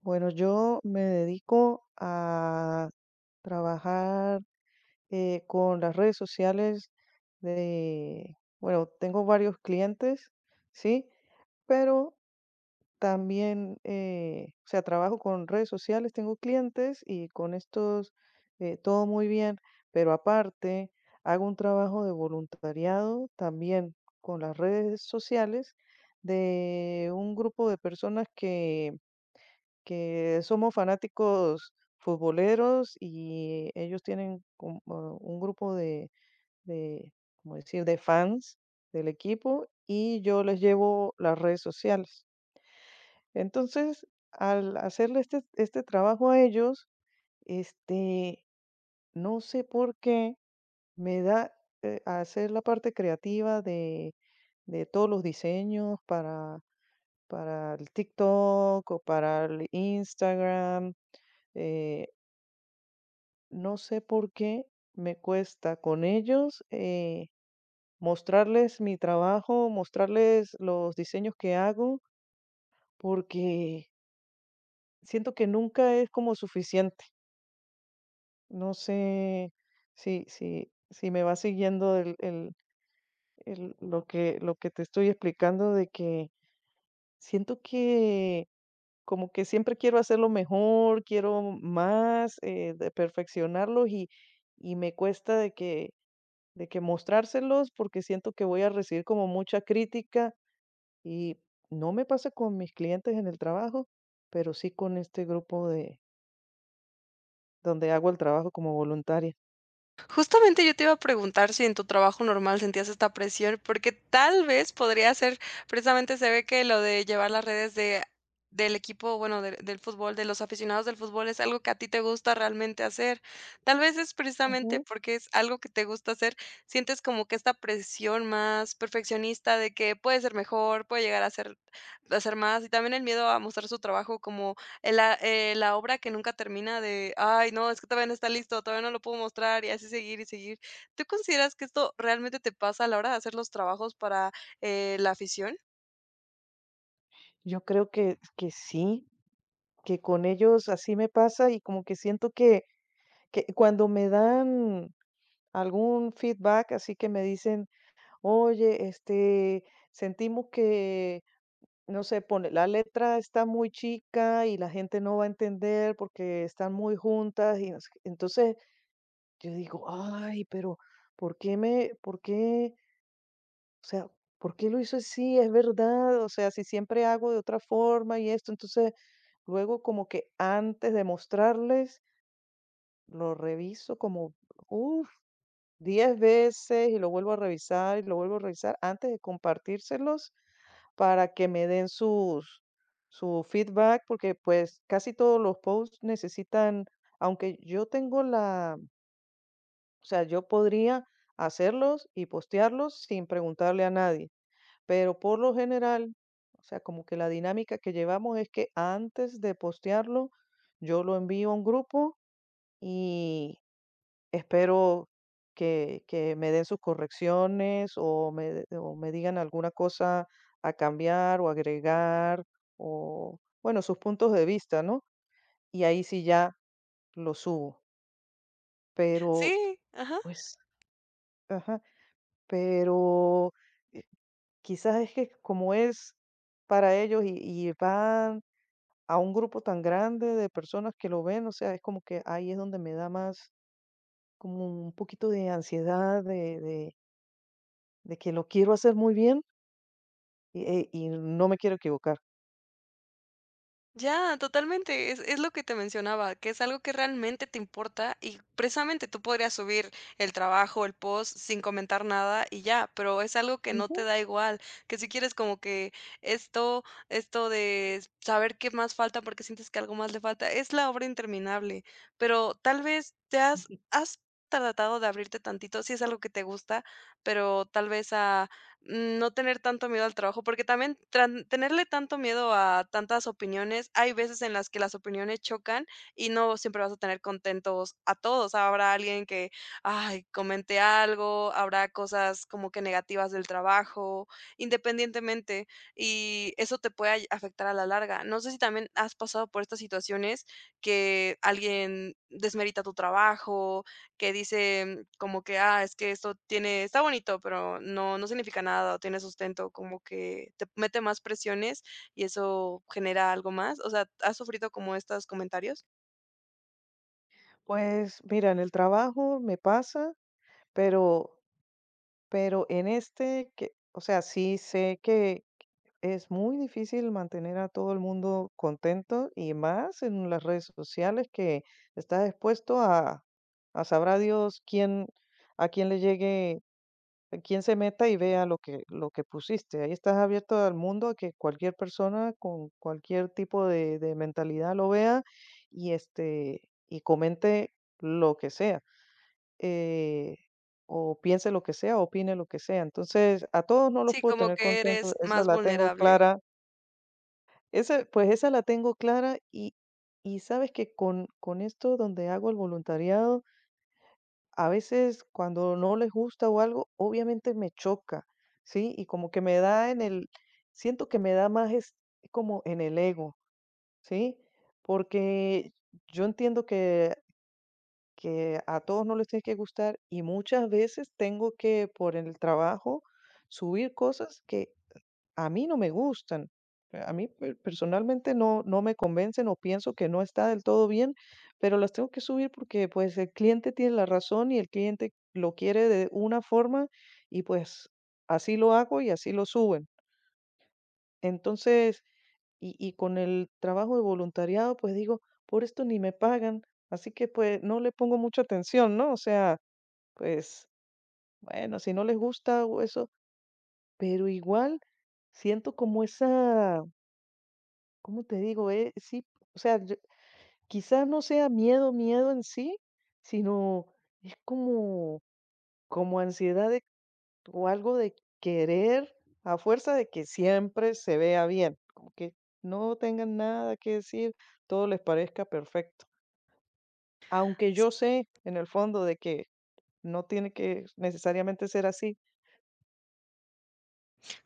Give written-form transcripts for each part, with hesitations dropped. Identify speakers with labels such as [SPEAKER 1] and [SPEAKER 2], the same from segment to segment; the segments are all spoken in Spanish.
[SPEAKER 1] Bueno, yo me dedico a trabajar con las redes sociales de, bueno, tengo varios clientes, ¿sí? Pero también, o sea, trabajo con redes sociales, tengo clientes y con estos todo muy bien, pero aparte hago un trabajo de voluntariado también con las redes sociales de un grupo de personas que somos fanáticos futboleros y ellos tienen como un grupo de, ¿cómo decir?, de fans del equipo y yo les llevo las redes sociales. Entonces, al hacerle este trabajo a ellos, este, no sé por qué me da a hacer la parte creativa de todos los diseños para el TikTok o para el Instagram. eh, No sé por qué me cuesta con ellos mostrarles mi trabajo, mostrarles los diseños que hago, porque siento que nunca es como suficiente. No sé si me va siguiendo lo lo que te estoy explicando, de que siento que como que siempre quiero hacerlo mejor, quiero más, de perfeccionarlos y me cuesta de que mostrárselos, porque siento que voy a recibir como mucha crítica y no me pasa con mis clientes en el trabajo, pero sí con este grupo de donde hago el trabajo como voluntaria.
[SPEAKER 2] Justamente yo te iba a preguntar si en tu trabajo normal sentías esta presión, porque tal vez podría ser, precisamente se ve que lo de llevar las redes de del equipo, bueno, del fútbol, de los aficionados del fútbol, es algo que a ti te gusta realmente hacer. Tal vez es precisamente
[SPEAKER 1] Ujú.
[SPEAKER 2] porque es algo que te gusta hacer, sientes como que esta presión más perfeccionista de que puede ser mejor, puede llegar a ser más, y también el miedo a mostrar su trabajo como la obra que nunca termina de: "Ay, no, es que todavía no está listo, todavía no lo puedo mostrar", y así seguir y seguir. ¿Tú consideras que esto realmente te pasa a la hora de hacer los trabajos para, la afición?
[SPEAKER 1] Yo creo que sí, que con ellos así me pasa y como que siento que cuando me dan algún feedback, así que me dicen, oye, sentimos que no sé, pone, la letra está muy chica y la gente no va a entender porque están muy juntas y no sé qué. Entonces, yo digo: "Ay, pero, ¿por qué? O sea, ¿por qué lo hizo así? Es verdad, o sea, si siempre hago de otra forma y esto". Entonces, luego como que antes de mostrarles, lo reviso como, uff 10 veces y lo vuelvo a revisar y lo vuelvo a revisar antes de compartírselos, para que me den sus su feedback, porque, pues, casi todos los posts necesitan aunque yo tengo la o sea, yo podría hacerlos y postearlos sin preguntarle a nadie, pero por lo general, o sea, como que la dinámica que llevamos es que antes de postearlo, yo lo envío a un grupo y espero que me den sus correcciones o me digan alguna cosa a cambiar o agregar o, bueno, sus puntos de vista, ¿no? Y ahí sí ya lo subo. Pero,
[SPEAKER 2] Sí, ajá.
[SPEAKER 1] pues ajá, pero, eh, quizás es que como es para ellos y van a un grupo tan grande de personas que lo ven, o sea, es como que ahí es donde me da más como un poquito de ansiedad de que lo quiero hacer muy bien y no me quiero equivocar.
[SPEAKER 2] Ya, totalmente. Es lo que te mencionaba, que es algo que realmente te importa y precisamente tú podrías subir el trabajo, el post sin comentar nada y ya, pero es algo que no te
[SPEAKER 1] Ujú.
[SPEAKER 2] da igual, que si quieres como que esto, esto de saber qué más falta porque sientes que algo más le falta, es la obra interminable, pero tal vez te has, has tratado de abrirte tantito, si es algo que te gusta, pero tal vez a no tener tanto miedo al trabajo, porque también tran tenerle tanto miedo a tantas opiniones, hay veces en las que las opiniones chocan y no siempre vas a tener contentos a todos. Habrá alguien que, ay, comente algo, habrá cosas como que negativas del trabajo, independientemente, y eso te puede afectar a la larga. No sé si también has pasado por estas situaciones que alguien desmerita tu trabajo que dice como que: "Ah, es que esto tiene está bonito, pero no significa nada o tiene sustento", como que te mete más presiones y eso genera algo más, o sea, ¿has sufrido como estos comentarios?
[SPEAKER 1] Pues mira, en el trabajo me pasa, pero, pero en este, que, o sea, sí sé que es muy difícil mantener a todo el mundo contento y más en las redes sociales que estás expuesto a sabrá Dios quién, a quién le llegue, quien se meta y vea lo lo que pusiste. Ahí estás abierto al mundo a que cualquier persona con cualquier tipo de mentalidad lo vea y este y comente lo que sea, eh, o piense lo que sea, opine lo que sea. Entonces, a todos no los
[SPEAKER 2] Sí,
[SPEAKER 1] puedo
[SPEAKER 2] como
[SPEAKER 1] tener
[SPEAKER 2] que
[SPEAKER 1] contentos,
[SPEAKER 2] eres
[SPEAKER 1] esa
[SPEAKER 2] más
[SPEAKER 1] la tengo
[SPEAKER 2] vulnerable.
[SPEAKER 1] clara. Esa, pues esa la tengo clara y sabes que con esto donde hago el voluntariado, a veces cuando no les gusta o algo, obviamente me choca, ¿sí? Y como que me da en el, siento que me da más es como en el ego, ¿sí? Porque yo entiendo que a todos no les tiene que gustar y muchas veces tengo que por el trabajo subir cosas que a mí no me gustan. A mí personalmente no me convencen o pienso que no está del todo bien, pero las tengo que subir porque pues el cliente tiene la razón y el cliente lo quiere de una forma y pues así lo hago y así lo suben. Entonces, y con el trabajo de voluntariado, pues digo, por esto ni me pagan, así que pues no le pongo mucha atención, ¿no? O sea, pues bueno, si no les gusta o eso, pero igual siento como esa, ¿cómo te digo? Sí, o sea, yo quizás no sea miedo, miedo en sí, sino es como como ansiedad de o algo de querer a fuerza de que siempre se vea bien, como que no tengan nada que decir, todo les parezca perfecto. Aunque yo sé en el fondo de que no tiene que necesariamente ser así.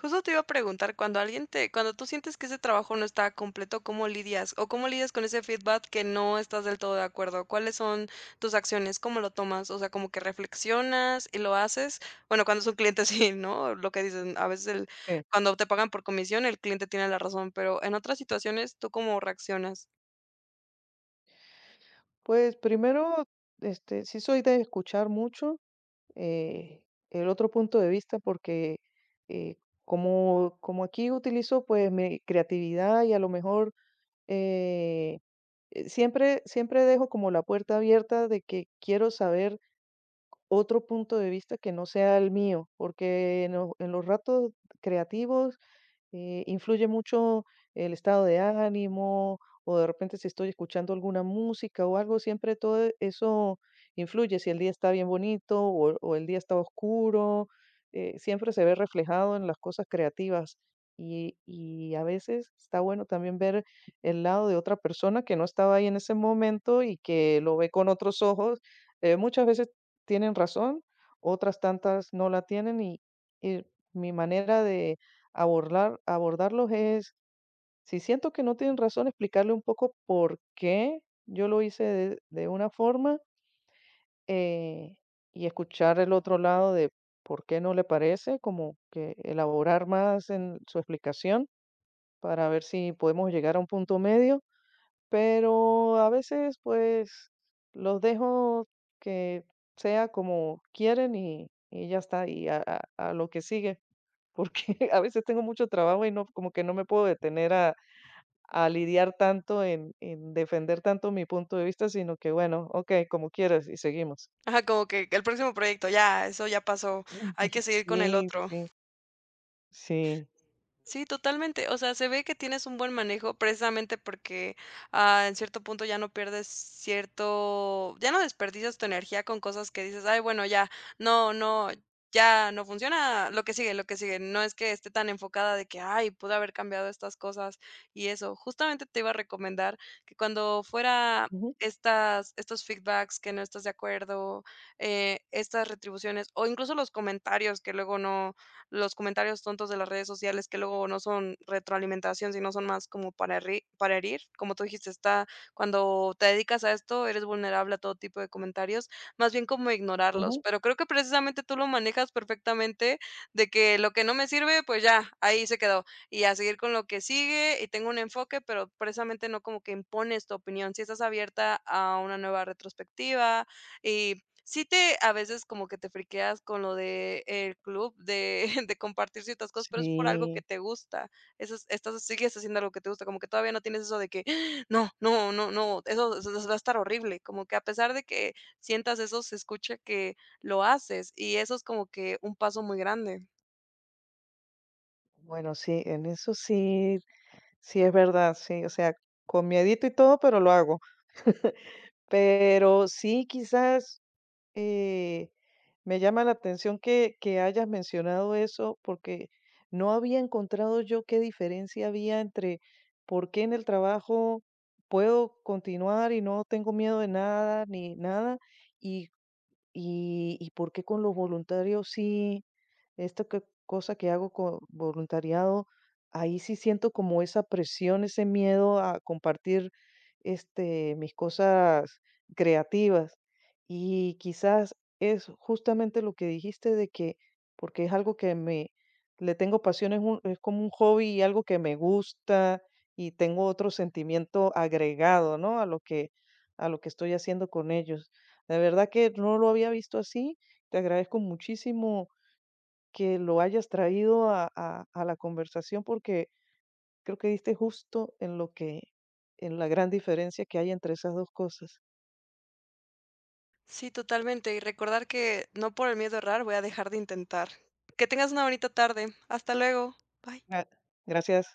[SPEAKER 2] Justo te iba a preguntar, cuando alguien te cuando tú sientes que ese trabajo no está completo, ¿cómo lidias? O, ¿cómo lidias con ese feedback que no estás del todo de acuerdo? ¿Cuáles son tus acciones? ¿Cómo lo tomas? O sea, ¿como que reflexionas y lo haces? Bueno, cuando es un cliente sí, ¿no? Lo que dicen, a veces el
[SPEAKER 1] Sí.
[SPEAKER 2] cuando te pagan por comisión, el cliente tiene la razón, pero en otras situaciones, ¿tú cómo reaccionas?
[SPEAKER 1] Pues primero, sí soy de escuchar mucho, el otro punto de vista porque eh, como, como aquí utilizo pues mi creatividad y a lo mejor eh, siempre dejo como la puerta abierta de que quiero saber otro punto de vista que no sea el mío, porque en, lo- en los ratos creativos influye mucho el estado de ánimo o de repente si estoy escuchando alguna música o algo, siempre todo eso influye. Si el día está bien bonito o el día está oscuro, siempre se ve reflejado en las cosas creativas. Y a veces está bueno también ver el lado de otra persona que no estaba ahí en ese momento y que lo ve con otros ojos. Muchas veces tienen razón, otras tantas no la tienen y mi manera de abordarlos es, si siento que no tienen razón, explicarle un poco por qué yo lo hice de una forma, eh, y escuchar el otro lado de por qué no le parece, como que elaborar más en su explicación para ver si podemos llegar a un punto medio, pero a veces, pues, los dejo que sea como quieren y ya está, y a lo que sigue porque a veces tengo mucho trabajo y no, como que no me puedo detener a lidiar tanto en defender tanto mi punto de vista, sino que bueno, ok, como quieras y seguimos.
[SPEAKER 2] Ajá, como que el próximo proyecto, ya, eso ya pasó, hay que seguir con el
[SPEAKER 1] Sí,
[SPEAKER 2] otro.
[SPEAKER 1] sí, sí.
[SPEAKER 2] Sí, totalmente. O sea, se ve que tienes un buen manejo precisamente porque, ah, en cierto punto ya no desperdicias tu energía con cosas que dices: "Ay, bueno, ya, no, ya no funciona, lo que sigue, lo que sigue". No es que esté tan enfocada de que: "Ay, pude haber cambiado estas cosas", y eso. Justamente te iba a recomendar que cuando fuera
[SPEAKER 1] Ujú,
[SPEAKER 2] estas estos feedbacks que no estás de acuerdo, estas retribuciones, o incluso los comentarios que luego no los comentarios tontos de las redes sociales que luego no son retroalimentación, sino son más como para herri para herir. Como tú dijiste, está cuando te dedicas a esto, eres vulnerable a todo tipo de comentarios, más bien como ignorarlos.
[SPEAKER 1] ujú.
[SPEAKER 2] Pero creo que precisamente tú lo manejas perfectamente, de que lo que no me sirve, pues ya, ahí se quedó. Y a seguir con lo que sigue, y tengo un enfoque, pero precisamente no como que impones tu opinión. Si estás abierta a una nueva retrospectiva y sí te a veces como que te friqueas con lo de el club de de compartir ciertas cosas, pero es por algo que
[SPEAKER 1] Sí,
[SPEAKER 2] te gusta. Eso es estás sigues haciendo algo que te gusta, como que todavía no tienes eso de que: "No, no, no, no, eso eso va a estar horrible". Como que a pesar de que sientas eso, se escucha que lo haces, y eso es como que un paso muy grande.
[SPEAKER 1] bueno, sí, en eso sí, sí es verdad, sí, o sea, con miedito y todo, pero lo hago. Pero sí, quizás Eh, me llama la atención que hayas mencionado eso porque no había encontrado yo qué diferencia había entre por qué en el trabajo puedo continuar y no tengo miedo de nada ni nada. ¿Y, y por qué con los voluntarios sí? Cosa que hago con voluntariado, ahí sí siento como esa presión, ese miedo a compartir mis cosas creativas. Y quizás es justamente lo que dijiste de que, porque es algo que me, le tengo pasión, es como un hobby y algo que me gusta y tengo otro sentimiento agregado, ¿no? A lo a lo que estoy haciendo con ellos. De verdad que no lo había visto así. Te agradezco muchísimo que lo hayas traído a la conversación porque creo que diste justo en lo en la gran diferencia que hay entre esas dos cosas.
[SPEAKER 2] Sí, totalmente, y recordar que no por el miedo a errar voy a dejar de intentar. Que tengas una bonita tarde. Hasta luego. Bye.
[SPEAKER 1] Gra- Gracias.